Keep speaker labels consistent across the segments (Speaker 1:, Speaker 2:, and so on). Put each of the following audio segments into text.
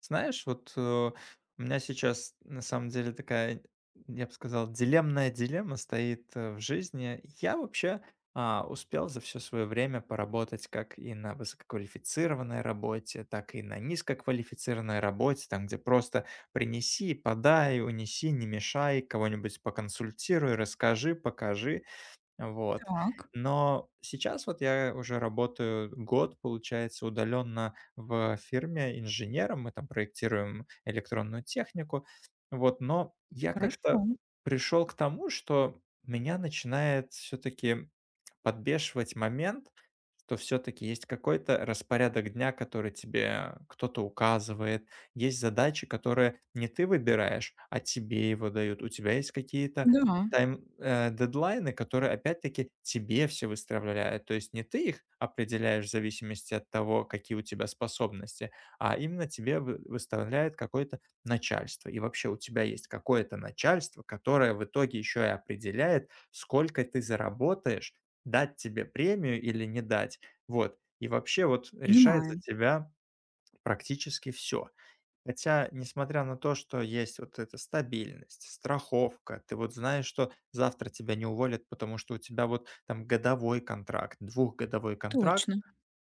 Speaker 1: Знаешь, вот, у меня сейчас на самом деле такая, я бы сказал, дилемная дилемма стоит, в жизни. Я вообще, успел за все свое время поработать как и на высококвалифицированной работе, так и на низкоквалифицированной работе, там, где просто принеси, подай, унеси, не мешай, кого-нибудь поконсультируй, расскажи, покажи. Вот.
Speaker 2: Так,
Speaker 1: Но сейчас вот я уже работаю год, получается, удаленно в фирме инженером. Мы там проектируем электронную технику. Вот, но я
Speaker 2: хорошо.
Speaker 1: как-то пришел к тому, что меня начинает все-таки подбешивать момент, что все-таки есть какой-то распорядок дня, который тебе кто-то указывает, есть задачи, которые не ты выбираешь, а тебе его дают. У тебя есть какие-то
Speaker 2: Да,
Speaker 1: Дедлайны, которые опять-таки тебе все выставляют. То есть не ты их определяешь в зависимости от того, какие у тебя способности, а именно тебе вы выставляет какое-то начальство. И вообще у тебя есть какое-то начальство, которое в итоге еще и определяет, сколько ты заработаешь, дать тебе премию или не дать. Вот. И вообще вот решает за
Speaker 2: понимаю.
Speaker 1: тебя практически все. Хотя, несмотря на то, что есть вот эта стабильность, страховка, ты вот знаешь, что завтра тебя не уволят, потому что у тебя вот там годовой контракт, двухгодовой контракт,
Speaker 2: Точно,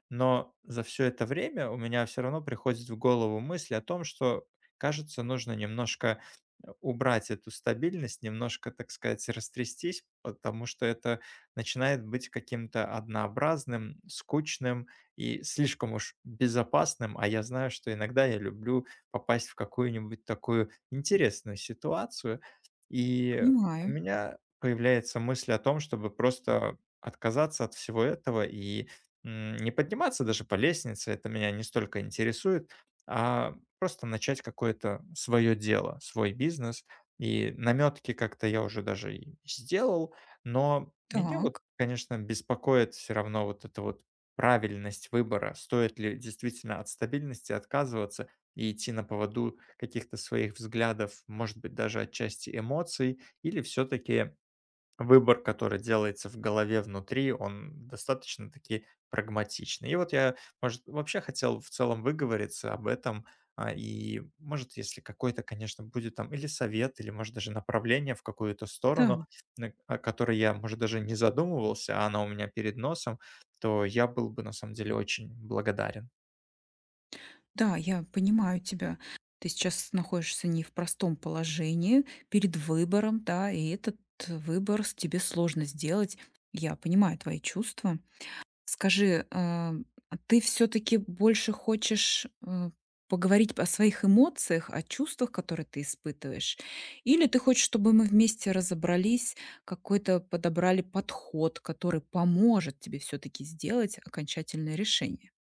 Speaker 1: но за все это время у меня все равно приходит в голову мысль о том, что, кажется, нужно немножко, убрать эту стабильность, немножко, так сказать, растрястись, потому что это начинает быть каким-то однообразным, скучным и слишком уж безопасным. А я знаю, что иногда я люблю попасть в какую-нибудь такую интересную ситуацию. И у
Speaker 2: понимаю.
Speaker 1: меня появляется мысль о том, чтобы просто отказаться от всего этого и не подниматься даже по лестнице, это меня не столько интересует, а просто начать какое-то свое дело, свой бизнес. И наметки как-то я уже даже и сделал, но меня вот,
Speaker 2: Так,
Speaker 1: конечно, беспокоит все равно вот эта вот правильность выбора, стоит ли действительно от стабильности отказываться и идти на поводу каких-то своих взглядов, может быть, даже отчасти эмоций, или все-таки выбор, который делается в голове внутри, он достаточно-таки прагматичный. И вот я, может, вообще хотел в целом выговориться об этом, и, может, если какой-то, конечно, будет там или совет, или, может, даже направление в какую-то сторону,
Speaker 2: да,
Speaker 1: о которой я, может, даже не задумывался, а она у меня перед носом, то я был бы, на самом деле, очень благодарен.
Speaker 2: да, я понимаю тебя. Ты сейчас находишься не в простом положении, перед выбором, да, и этот выбор с тебе сложно сделать. Я понимаю твои чувства. Скажи, а ты все-таки больше хочешь поговорить о своих эмоциях, о чувствах, которые ты испытываешь? Или ты хочешь, чтобы мы вместе разобрались, какой-то подобрали подход, который поможет тебе все-таки сделать окончательное решение?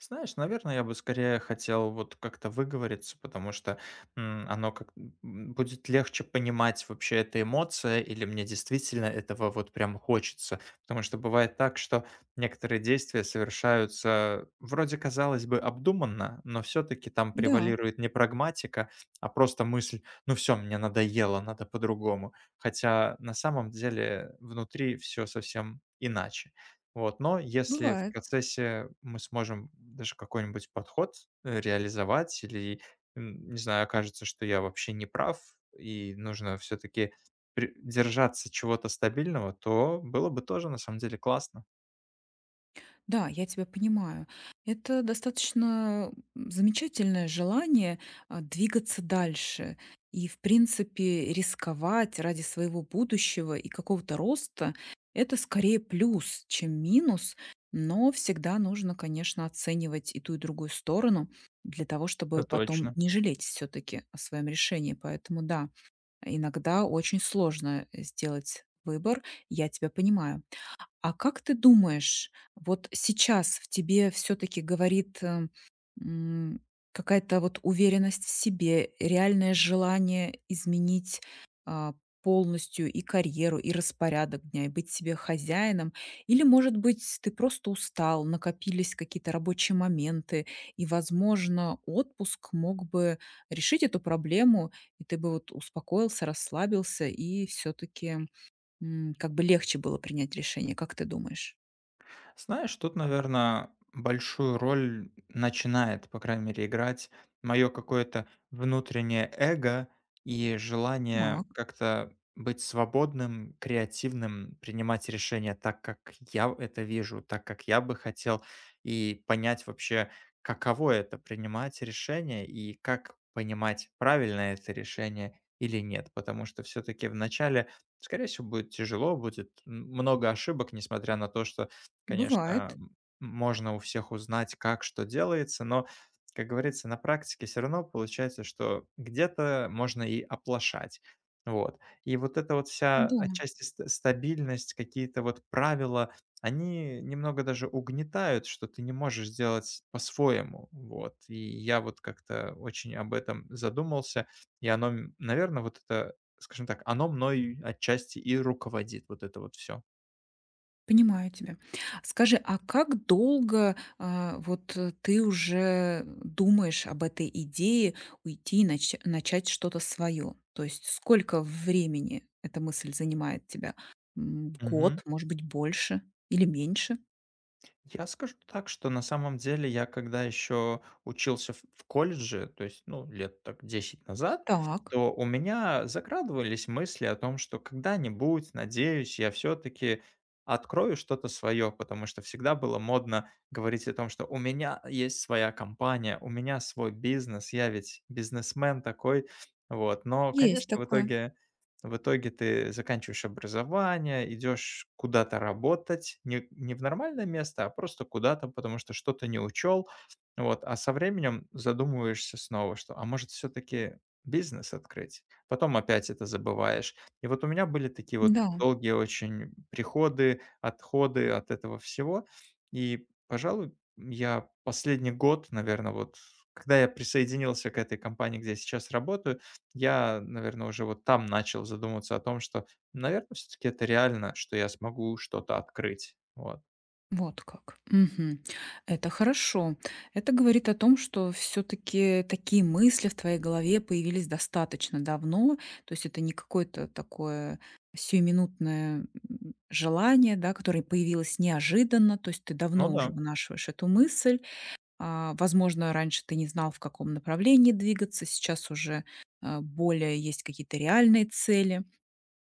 Speaker 1: Знаешь, наверное, я бы скорее хотел вот как-то выговориться, потому что оно как будет легче понимать вообще эта эмоция, или мне действительно этого вот прям хочется. Потому что бывает так, что некоторые действия совершаются вроде, казалось бы, обдуманно, но все-таки там
Speaker 2: Да,
Speaker 1: превалирует не прагматика, а просто мысль, ну все, мне надоело, надо по-другому. Хотя на самом деле внутри все совсем иначе. Вот, но если в
Speaker 2: бывает.
Speaker 1: процессе мы сможем даже какой-нибудь подход, реализовать или, не знаю, окажется, что я вообще не прав и нужно все-таки держаться чего-то стабильного, то было бы тоже на самом деле классно.
Speaker 2: Да, я тебя понимаю. Это достаточно замечательное желание двигаться дальше и, в принципе, рисковать ради своего будущего и какого-то роста. Это скорее плюс, чем минус, но всегда нужно, конечно, оценивать и ту, и другую сторону для того,
Speaker 1: Это
Speaker 2: чтобы потом
Speaker 1: точно.
Speaker 2: не жалеть все-таки о своем решении. Поэтому да, иногда очень сложно сделать выбор, я тебя понимаю. А как ты думаешь, вот сейчас в тебе все таки говорит, м, какая-то вот уверенность в себе, реальное желание изменить, а, полностью и карьеру, и распорядок дня, и быть себе хозяином? Или, может быть, ты просто устал, накопились какие-то рабочие моменты, и, возможно, отпуск мог бы решить эту проблему, и ты бы вот успокоился, расслабился и все таки как бы легче было принять решение, как ты думаешь?
Speaker 1: Знаешь, тут, наверное, большую роль начинает, по крайней мере, играть мое какое-то внутреннее эго и желание
Speaker 2: Так,
Speaker 1: как-то быть свободным, креативным, принимать решения так, как я это вижу, так, как я бы хотел, и понять вообще, каково это принимать решение и как понимать, правильно это решение или нет. Потому что все-таки в начале, скорее всего, будет тяжело, будет много ошибок, несмотря на то, что конечно,
Speaker 2: бывает.
Speaker 1: можно у всех узнать, как что делается, но, как говорится, на практике все равно получается, что где-то можно и оплошать. Вот. И вот эта вот вся
Speaker 2: Да,
Speaker 1: отчасти ст стабильность, какие-то вот правила, они немного даже угнетают, что ты не можешь делать по-своему. Вот. И я вот как-то очень об этом задумался, и оно, наверное, вот это, скажем так, оно мной отчасти и руководит, вот это вот все.
Speaker 2: понимаю тебя. Скажи, а как долго ты уже думаешь об этой идее уйти и начать что-то свое? То есть сколько времени эта мысль занимает тебя? Год, может быть, больше или меньше?
Speaker 1: Я скажу так, что на самом деле я когда еще учился в колледже, то есть, ну, лет так 10 назад,
Speaker 2: Так,
Speaker 1: то у меня закрадывались мысли о том, что когда-нибудь, надеюсь, я все-таки открою что-то свое, потому что всегда было модно говорить о том, что у меня есть своя компания, у меня свой бизнес, я ведь бизнесмен такой, вот. Но,
Speaker 2: есть
Speaker 1: конечно,
Speaker 2: такое.
Speaker 1: в итоге ты заканчиваешь образование, идешь куда-то работать, не, не в нормальное место, а просто куда-то, потому что что-то не учел. Вот. А со временем задумываешься снова, что, а может, все-таки бизнес открыть? Потом опять это забываешь. И вот у меня были такие вот
Speaker 2: Да.
Speaker 1: долгие очень приходы, отходы от этого всего. И, пожалуй, я последний год, наверное, вот когда я присоединился к этой компании, где я сейчас работаю, я, наверное, уже вот там начал задумываться о том, что, наверное, все-таки это реально, что я смогу что-то открыть. Вот.
Speaker 2: Вот как. Мгм. Это хорошо. Это говорит о том, что все-таки такие мысли в твоей голове появились достаточно давно. То есть это не какое-то такое сиюминутное желание, да, которое появилось неожиданно. То есть ты
Speaker 1: Ну
Speaker 2: давно уже
Speaker 1: да.
Speaker 2: вынашиваешь эту мысль. А, возможно, раньше ты не знал, в каком направлении двигаться. Сейчас уже более есть какие-то реальные цели.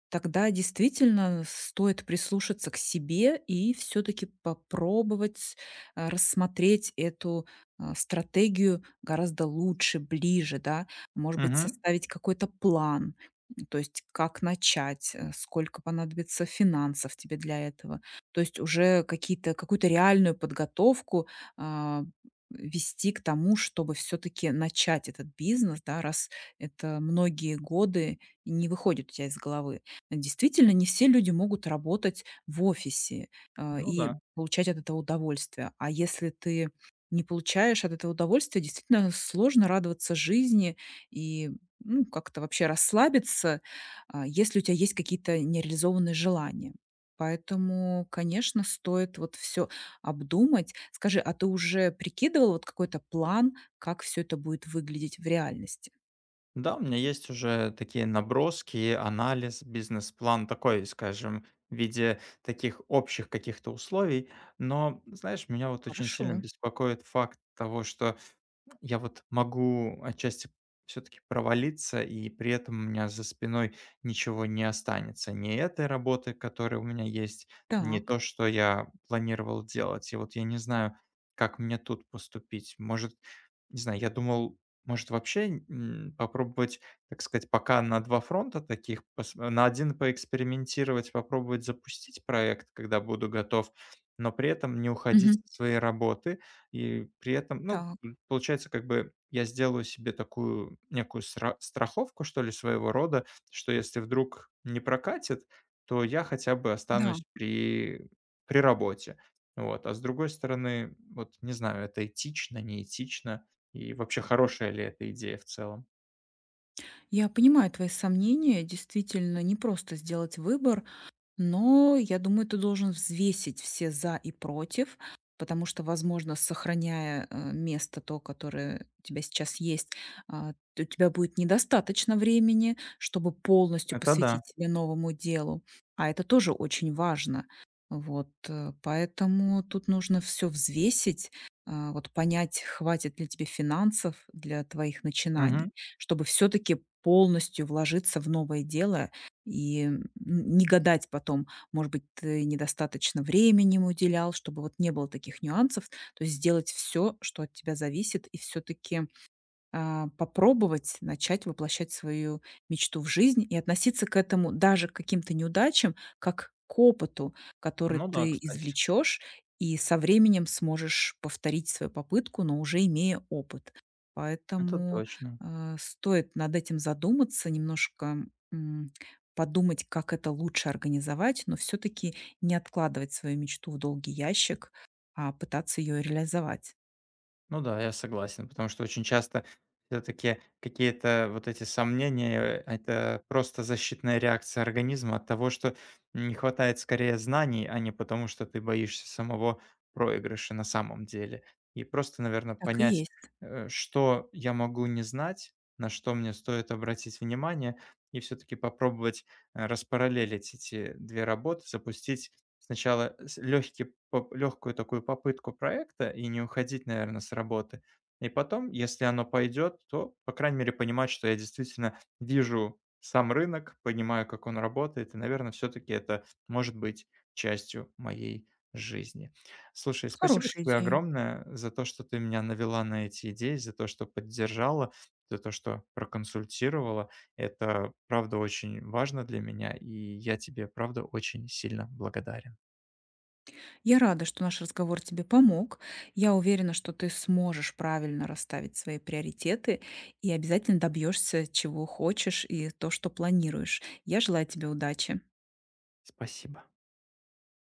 Speaker 2: Тогда действительно стоит прислушаться к себе и все-таки попробовать рассмотреть эту стратегию гораздо лучше, ближе, да, может быть,
Speaker 1: Мгм.
Speaker 2: составить какой-то план, то есть как начать, сколько понадобится финансов тебе для этого, то есть уже какие-то, какую-то реальную подготовку а, вести к тому, чтобы все-таки начать этот бизнес, да, раз это многие годы не выходит у тебя из головы. Действительно, не все люди могут работать в офисе,
Speaker 1: Ну
Speaker 2: и
Speaker 1: да.
Speaker 2: получать от этого удовольствие. А если ты не получаешь от этого удовольствия, действительно сложно радоваться жизни и, ну, как-то вообще расслабиться, если у тебя есть какие-то нереализованные желания. Поэтому, конечно, стоит вот все обдумать. Скажи, а ты уже прикидывала вот какой-то план, как все это будет выглядеть в реальности?
Speaker 1: Да, у меня есть уже такие наброски, анализ, бизнес-план такой, скажем, в виде таких общих каких-то условий. Но, знаешь, меня вот очень сильно
Speaker 2: Хорошо.
Speaker 1: беспокоит факт того, что я вот могу отчасти все-таки провалиться, и при этом у меня за спиной ничего не останется. Ни этой работы, которая у меня есть, ни
Speaker 2: Так.
Speaker 1: то, что я планировал делать. И вот я не знаю, как мне тут поступить. Может, не знаю, я думал, может вообще попробовать, так сказать, пока на два фронта таких, на один поэкспериментировать, попробовать запустить проект, когда буду готов, но при этом не уходить
Speaker 2: Мгм.
Speaker 1: от своей работы, и при этом, ну,
Speaker 2: Так.
Speaker 1: получается, как бы я сделаю себе такую некую страховку, что ли, своего рода, что если вдруг не прокатит, то я хотя бы
Speaker 2: Да.
Speaker 1: останусь при, при работе. Вот. А с другой стороны, вот не знаю, это этично, неэтично, и вообще хорошая ли эта идея в целом.
Speaker 2: Я понимаю твои сомнения. Действительно, не просто сделать выбор, но я думаю, ты должен взвесить все "за" и "против", потому что, возможно, сохраняя, место то, которое у тебя сейчас есть, а, т у тебя будет недостаточно времени, чтобы полностью
Speaker 1: Это да.
Speaker 2: посвятить себе новому делу, а это тоже очень важно. Поэтому тут нужно все взвесить, вот понять, хватит ли тебе финансов для твоих
Speaker 1: Мгм.
Speaker 2: начинаний, чтобы все таки полностью вложиться в новое дело и не гадать потом, может быть, ты недостаточно времени ему уделял, чтобы вот не было таких нюансов. То есть сделать все, что от тебя зависит, и все таки попробовать начать воплощать свою мечту в жизнь и относиться к этому, даже к каким-то неудачам, как к опыту, который
Speaker 1: Ну да,
Speaker 2: ты
Speaker 1: кстати,
Speaker 2: извлечешь и со временем сможешь повторить свою попытку, но уже имея опыт.
Speaker 1: это
Speaker 2: Поэтому,
Speaker 1: точно.
Speaker 2: стоит над этим задуматься, немножко, м, подумать, как это лучше организовать, но все таки не откладывать свою мечту в долгий ящик, а пытаться ее реализовать.
Speaker 1: Ну да, я согласен, потому что очень часто все-таки какие-то вот эти сомнения, это просто защитная реакция организма от того, что не хватает скорее знаний, а не потому, что ты боишься самого проигрыша на самом деле. И просто, наверное,
Speaker 2: Так и
Speaker 1: понять,
Speaker 2: есть.
Speaker 1: что я могу не знать, на что мне стоит обратить внимание, и все-таки попробовать распараллелить эти две работы, запустить сначала с лёгкий поп лёгкую такую попытку проекта и не уходить, наверное, с работы. И потом, если оно пойдет, то, по крайней мере, понимать, что я действительно вижу сам рынок, понимаю, как он работает, и, наверное, все таки это может быть частью моей жизни. Слушай, спасибо
Speaker 2: Хорошая
Speaker 1: тебе
Speaker 2: идея.
Speaker 1: огромное за то, что ты меня навела на эти идеи, за то, что поддержала, за то, что проконсультировала. Это правда очень важно для меня, и я тебе правда очень сильно благодарен.
Speaker 2: Я рада, что наш разговор тебе помог. Я уверена, что ты сможешь правильно расставить свои приоритеты и обязательно добьешься, чего хочешь и то, что планируешь. Я желаю тебе удачи.
Speaker 1: Спасибо.